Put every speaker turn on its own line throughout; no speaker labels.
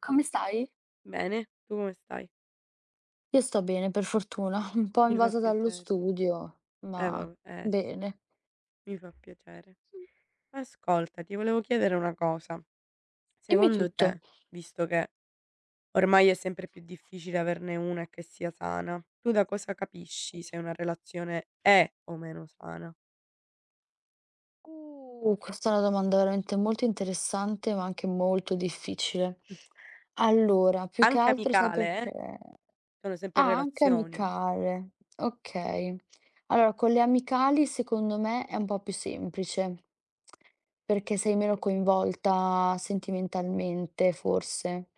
Come stai?
Bene, tu come stai?
Io sto bene, per fortuna, un po'
Mi fa
invasa dallo
piacere.
studio,
Eh
ma
vabbè, eh sì,
bene.
mi fa piacere. Ascolta, ti volevo chiedere una cosa.
Dimmi
Secondo
tutto.
te, visto che ormai è sempre più difficile averne una che sia sana, tu da cosa capisci se una relazione è o meno sana?
Questa è una domanda veramente molto interessante, ma anche molto difficile. Allora, più che
Anche
altro sai
amicale,
perché?
sono sempre
Ah, anche
relazioni.
amicale. Okay. Allora, con le amicali secondo me è un po' più semplice, perché sei meno coinvolta sentimentalmente forse.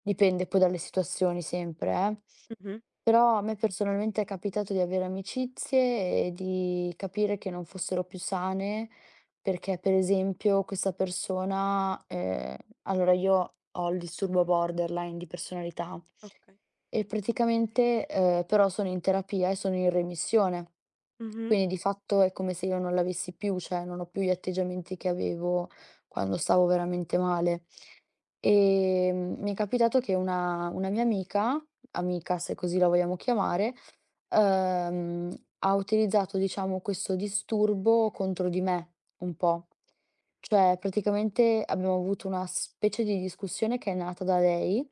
Dipende poi dalle situazioni sempre, eh.
Mh-mh,
Però a me personalmente è capitato di avere amicizie e di capire che non fossero più sane, perché per esempio questa persona, allora io ho il disturbo borderline di personalità
okay.
e praticamente, però sono in terapia e sono in remissione.
Mh-mh,
Quindi di fatto è come se io non l'avessi più, cioè non ho più gli atteggiamenti che avevo quando stavo veramente male. Mi è capitato che una mia amica amica, se così la vogliamo chiamare, ehm, ha utilizzato diciamo questo disturbo contro di me, un po'. Cioè praticamente abbiamo avuto una specie di discussione che è nata da lei.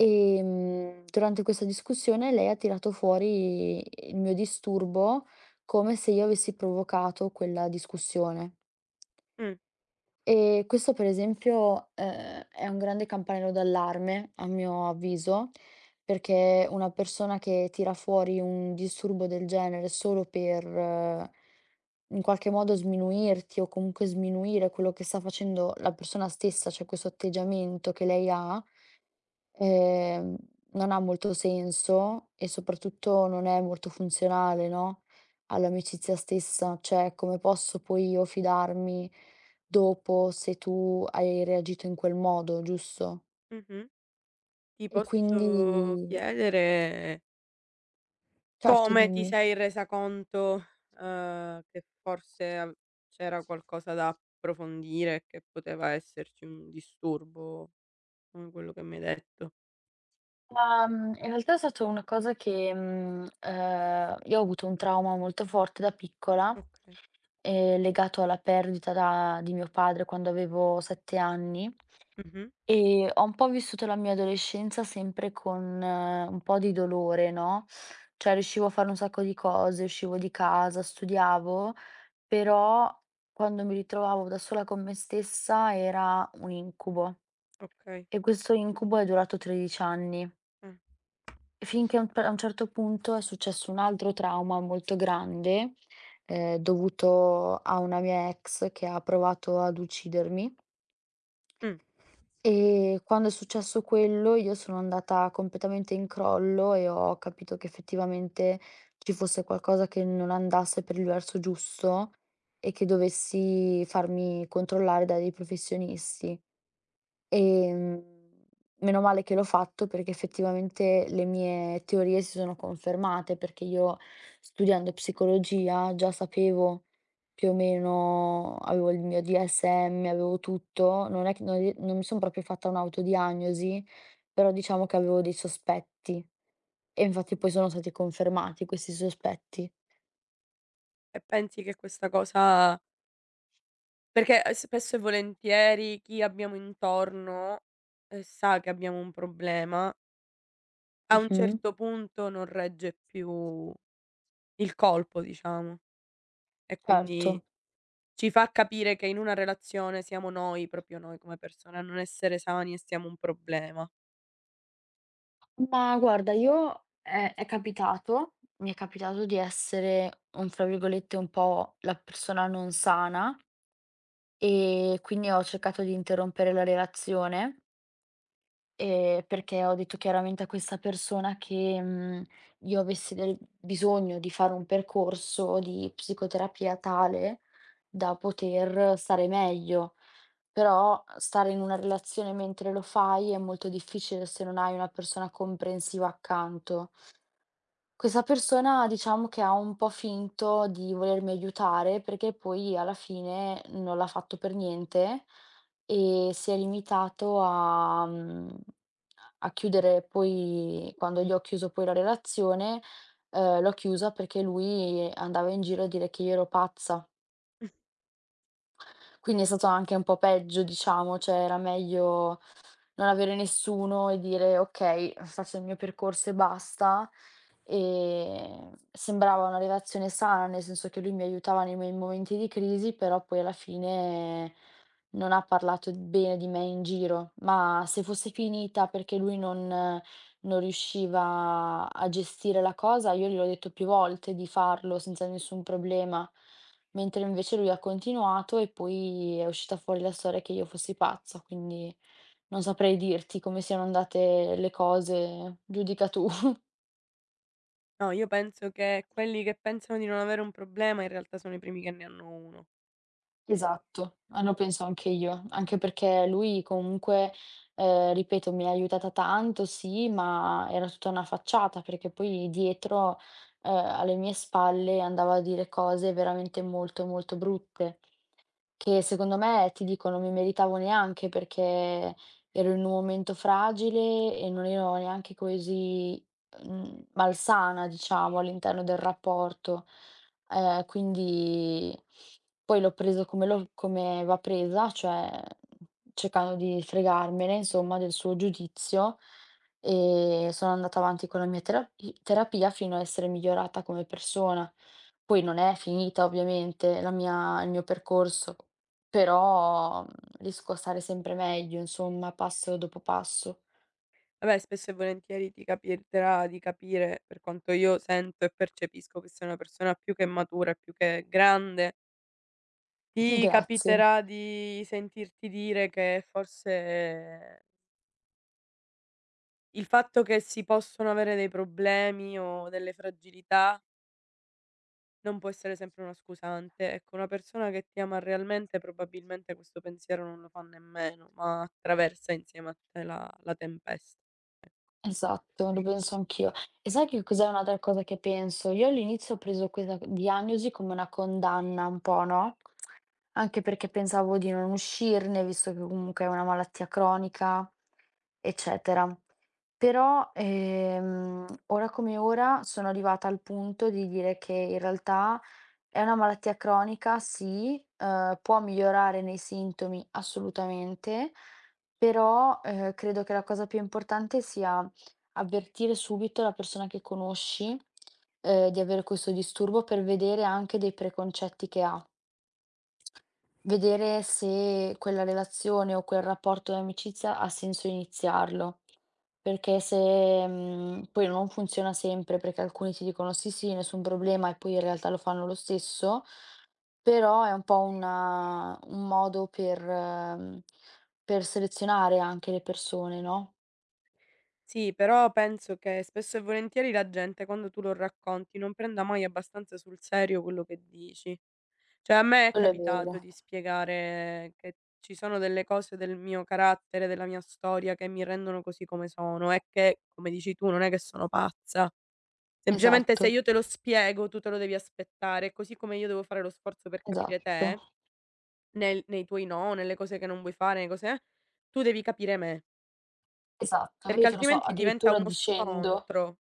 Durante questa discussione lei ha tirato fuori il mio disturbo come se io avessi provocato quella discussione.
mh,
Questo per esempio, è un grande campanello d'allarme, a mio avviso, perché una persona che tira fuori un disturbo del genere solo per in qualche modo sminuirti o comunque sminuire quello che sta facendo la persona stessa, cioè questo atteggiamento che lei ha, ehm, non ha molto senso e soprattutto non è molto funzionale, no, all'amicizia stessa. Cioè, come posso poi io fidarmi dopo se tu hai reagito in quel modo, giusto?
mh-mh. Ti
E quindi
posso chiedere,
certo,
come ti
dimmi.
sei resa conto, che forse av c'era qualcosa da approfondire e che poteva esserci un disturbo, come quello che mi hai detto?
Ma, in realtà è stata una cosa che, io ho avuto un trauma molto forte da piccola,
Okay.
legato alla perdita da di mio padre quando avevo 7 anni.
Mh-mh.
Ho un po' vissuto la mia adolescenza sempre con un po' di dolore, no, cioè riuscivo a fare un sacco di cose, uscivo di casa, studiavo, però quando mi ritrovavo da sola con me stessa era un incubo
Okay.
e questo incubo è durato 13 anni,
Eh.
finché a un certo punto è successo un altro trauma molto grande, dovuto a una mia ex che ha provato ad uccidermi.
Mh.
E quando è successo quello io sono andata completamente in crollo e ho capito che effettivamente ci fosse qualcosa che non andasse per il verso giusto e che dovessi farmi controllare da dei professionisti. Ehm, Meno male che l'ho fatto perché effettivamente le mie teorie si sono confermate, perché io studiando psicologia già sapevo, più o meno avevo il mio DSM, avevo tutto, non è che non mi son proprio fatta un'autodiagnosi, però diciamo che avevo dei sospetti e infatti poi sono stati confermati questi sospetti.
E pensi che questa cosa, perché, spesso e volentieri chi abbiamo intorno, sa che abbiamo un problema, a un
Mh-mh,
certo punto non regge più il colpo, diciamo, e quindi
certo.
ci fa capire che in una relazione siamo noi, proprio noi come persone, a non essere sani e siamo un problema.
Ma guarda, io è capitato mi è capitato di essere un fra virgolette, un po' la persona non sana, e quindi ho cercato di interrompere la relazione, perché ho detto chiaramente a questa persona che, io avessi del bisogno di fare un percorso di psicoterapia tale da poter stare meglio. Però stare in una relazione mentre lo fai è molto difficile se non hai una persona comprensiva accanto. Questa persona diciamo che ha un po' finto di volermi aiutare, perché poi alla fine non l'ha fatto per niente e si è limitato a chiudere poi quando gli ho chiuso poi la relazione, l'ho chiusa perché lui andava in giro a dire che io ero pazza. Quindi è stato anche un po' peggio diciamo, cioè era meglio non avere nessuno e dire: "Okay, faccio il mio percorso e basta." Sembrava una relazione sana, nel senso che lui mi aiutava nei miei momenti di crisi, però poi alla fine non ha parlato bene di me in giro. Ma se fosse finita perché lui non riusciva a gestire la cosa, io gliel'ho detto più volte di farlo senza nessun problema, mentre invece lui ha continuato e poi è uscita fuori la storia che io fossi pazza, quindi non saprei dirti come siano andate le cose, giudica tu.
No, io penso che quelli che pensano di non avere un problema in realtà sono i primi che ne hanno uno.
Esatto, a lo penso anche io, anche perché lui comunque, ripeto, mi ha aiutata tanto sì, ma era tutta una facciata, perché poi dietro, alle mie spalle andava a dire cose veramente molto, molto brutte. Che secondo me, ti dico, non mi meritavo neanche perché ero in un momento fragile e non ero neanche così, malsana, diciamo, all'interno del rapporto. Quindi poi l'ho preso come l'ho come va presa, cioè cercando di fregarmene insomma del suo giudizio, e sono andata avanti con la mia terapia fino a essere migliorata come persona. Poi non è finita ovviamente la mia il mio percorso. Però, riesco a stare sempre meglio, insomma, passo dopo passo.
Vabbè, spesso e volentieri ti capiterà di capire, per quanto io sento e percepisco che sei una persona più che matura e più che grande, ti
Grazie.
capiterà di sentirti dire che forse il fatto che si possono avere dei problemi o delle fragilità non può essere sempre una scusante. Ecco, una persona che ti ama realmente probabilmente questo pensiero non lo fa nemmeno, ma attraversa insieme a te la tempesta.
Esatto, lo penso anch'io. E sai che cos'è un'altra cosa che penso? Io all'inizio ho preso questa diagnosi come una condanna un po', no? Anche perché pensavo di non uscirne, visto che comunque è una malattia cronica, eccetera. Però, ora come ora sono arrivata al punto di dire che in realtà è una malattia cronica, sì, può migliorare nei sintomi assolutamente, però, credo che la cosa più importante sia avvertire subito la persona che conosci, di avere questo disturbo per vedere anche dei preconcetti che ha. Vedere se quella relazione o quel rapporto di amicizia ha senso iniziarlo, perché se, poi non funziona sempre, perché alcuni ti dicono: "Sì, sì, nessun problema", e poi in realtà lo fanno lo stesso, però è un po' una un modo per selezionare anche le persone, no.
Sì, però penso che spesso e volentieri la gente quando tu lo racconti non prenda mai abbastanza sul serio quello che dici. Cioè a me è
Quello è
capitato
vero.
di spiegare che ci sono delle cose del mio carattere, della mia storia che mi rendono così come sono e che, come dici tu, non è che sono pazza. Semplicemente se
Esatto,
io te lo spiego, tu te lo devi aspettare, così come io devo fare lo sforzo per capire
esatto,
te, nel nei tuoi, no, nelle cose che non vuoi fare, nelle cose, tu devi capire me,
esatto.
perché
Io te lo so
altrimenti diventa
addirittura
uno
dicendo
scontro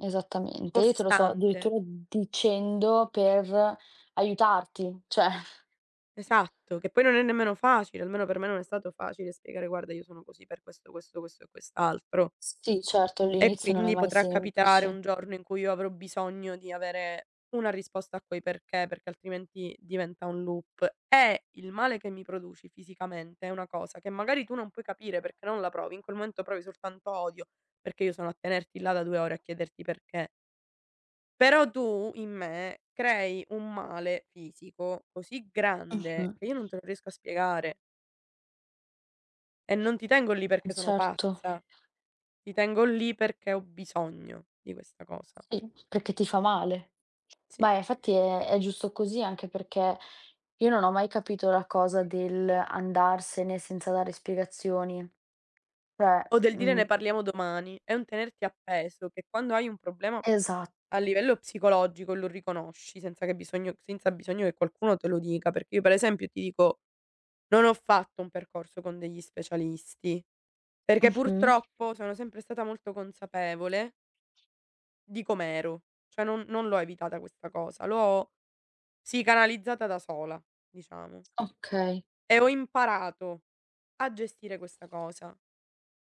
Esattamente, io te lo so
costante.
addirittura dicendo per aiutarti, cioè
Esatto, che poi non è nemmeno facile, almeno per me non è stato facile spiegare: "Guarda, io sono così per questo, questo, questo e quest'altro".
sì, certo,
E
all'inizio non è
quindi
mai
potrà capitare
semplice.
un giorno in cui io avrò bisogno di avere una risposta a quei perché, perché altrimenti diventa un loop. E il male che mi produci fisicamente è una cosa che magari tu non puoi capire perché non la provi, in quel momento provi soltanto odio, perché io sono a tenerti là da 2 ore a chiederti perché. Però tu in me crei un male fisico così grande
Mh-mh.
che io non te lo riesco a spiegare e non ti tengo lì
Eh
perché sono
certo,
pazza, ti tengo lì perché ho bisogno di questa cosa.
sì, perché ti fa male.
Sì.
Ma infatti è giusto così, anche perché io non ho mai capito la cosa del andarsene senza dare spiegazioni. Cioè,
O del dire: "Ne
mhmm
parliamo domani." È un tenerti appeso che quando hai un problema a
esatto.
livello psicologico e lo riconosci senza bisogno che qualcuno te lo dica, perché io per esempio ti dico, non ho fatto un percorso con degli specialisti, perché
Mh-mh.
purtroppo sono sempre stata molto consapevole di com'ero, cioè non l'ho evitata questa cosa, l'ho psicanalizzata da sola, diciamo,
Okay,
e ho imparato a gestire questa cosa.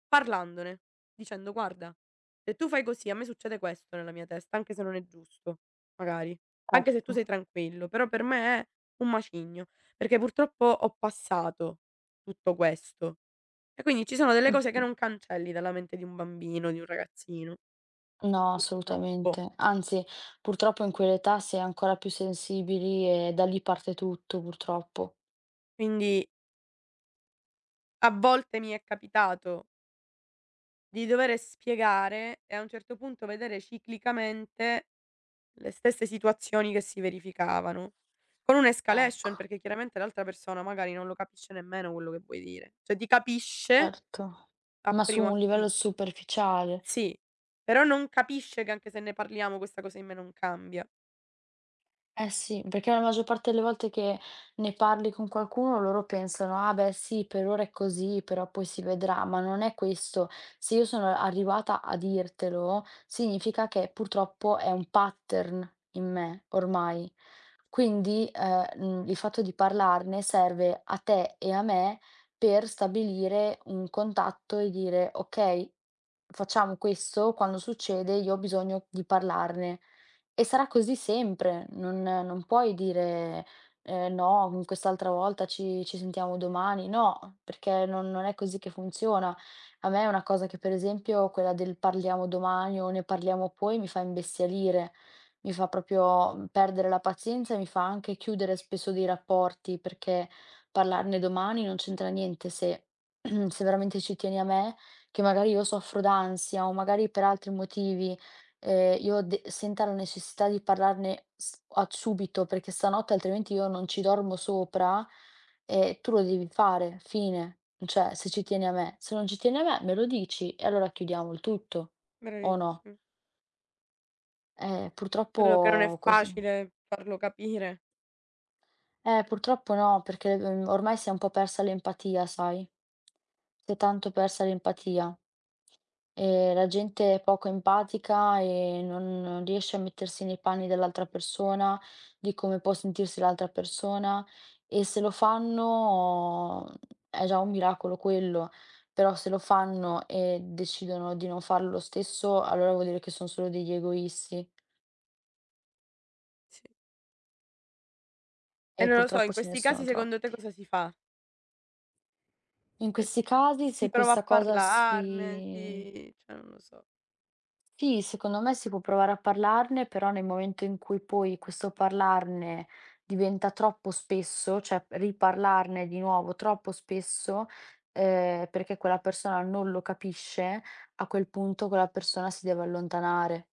Parlandone, dicendo: "Guarda, se tu fai così a me succede questo nella mia testa, anche se non è giusto, magari, anche se tu
certo.
sei tranquillo, però per me è un macigno, perché purtroppo ho passato tutto questo". E quindi ci sono delle cose che
Mh-mh.
non cancelli dalla mente di un bambino, di un ragazzino,
No,
purtroppo.
assolutamente. Anzi, purtroppo in quell'età si è ancora più sensibili e da lì parte tutto, purtroppo.
Quindi a volte mi è capitato di dover spiegare e a un certo punto vedere ciclicamente le stesse situazioni che si verificavano, con un'escalation,
Ecco,
perché chiaramente l'altra persona magari non lo capisce nemmeno quello che vuoi dire. Cioè ti capisce
certo.
a
Ma su
primo
un
acchi
livello superficiale.
sì, però non capisce che anche se ne parliamo questa cosa in me non cambia.
Eh sì, perché la maggior parte delle volte che ne parli con qualcuno loro pensano: "Ah beh sì, per ora è così, però poi si vedrà", ma non è questo. Se io sono arrivata a dirtelo, significa che purtroppo è un pattern in me ormai. Quindi, il fatto di parlarne serve a te e a me per stabilire un contatto e dire: "Okay, facciamo questo, quando succede io ho bisogno di parlarne." E sarà così sempre, non puoi dire: No, quest'altra volta ci sentiamo domani." No, perché non è così che funziona. A me è una cosa che per esempio quella del "parliamo domani" o "ne parliamo poi" mi fa imbestialire. Mi fa proprio, perdere la pazienza e mi fa anche chiudere spesso dei rapporti, perché parlarne domani non c'entra niente se se veramente ci tieni a me, che magari io soffro d'ansia o magari per altri motivi, io de senta la necessità di parlarne s a subito, perché stanotte altrimenti io non ci dormo sopra, e tu lo devi fare, fine. Cioè, se ci tieni a me. Se non ci tieni a me, me lo dici e allora chiudiamo il tutto, o no?
Bravissimo.
Eh,
Solo che non è
purtroppo ques
facile farlo capire.
Purtroppo no, perché, ormai si è un po' persa l'empatia, sai? Si è tanto persa l'empatia e la gente è poco empatica e non riesce a mettersi nei panni dell'altra persona, di come può sentirsi l'altra persona e se lo fanno, è già un miracolo quello, però se lo fanno e decidono di non farlo lo stesso, allora vuol dire che son solo degli egoisti
Sì. E
e
non lo so, in
purtroppo ce ne
questi casi
sono
secondo te
troppi.
cosa si fa?
In
Cioè
questi casi
si
se
prova a
questa cosa
parlarne,
si
si, cioè non lo so.
Sì, secondo me si può provare a parlarne, però nel momento in cui poi questo parlarne diventa troppo spesso, cioè riparlarne di nuovo troppo spesso, perché quella persona non lo capisce, a quel punto quella persona si deve allontanare,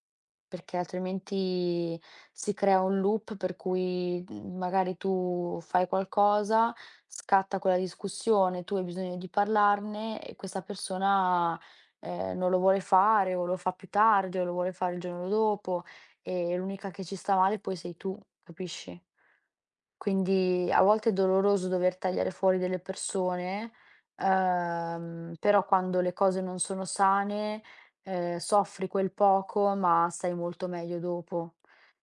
perché altrimenti si crea un loop per cui, magari tu fai qualcosa, scatta quella discussione, tu hai bisogno di parlarne e questa persona non lo vuole fare o lo fa più tardi o lo vuole fare il giorno dopo, e l'unica che ci sta male poi sei tu, capisci? Quindi a volte è doloroso dover tagliare fuori delle persone, però quando le cose non sono sane, soffri quel poco, ma stai molto meglio dopo.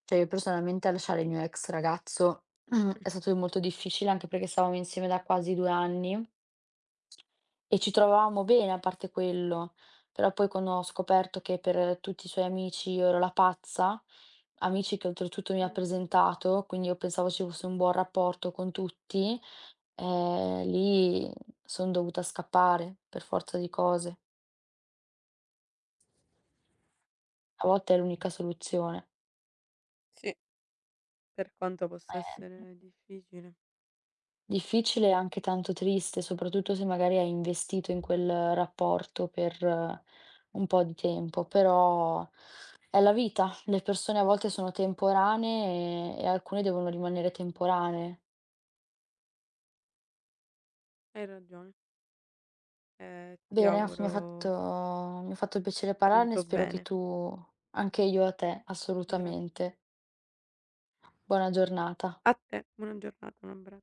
Cioè io personalmente a lasciare il mio ex ragazzo è stato molto difficile, anche perché stavamo insieme da quasi 2 anni e ci trovavamo bene a parte quello, però poi quando ho scoperto che per tutti i suoi amici io ero la pazza, amici che oltretutto mi ha
Mh,
presentato, quindi io pensavo ci fosse un buon rapporto con tutti, lì son dovuta scappare per forza di cose. A volte è l'unica soluzione.
sì. Per quanto possa
Eh.
essere difficile.
Difficile e anche tanto triste, soprattutto se magari hai investito in quel rapporto per un po' di tempo, però è la vita. Le persone a volte sono temporanee e alcune devono rimanere temporanee.
Hai ragione. E ti
Bene, f mi
auguro
ha fatto mi ha fatto piacere parlarne,
tanto
spero che
bene.
tu. Anche io a te,
Gra
assolutamente. Buona giornata.
A te, buona giornata, un abbra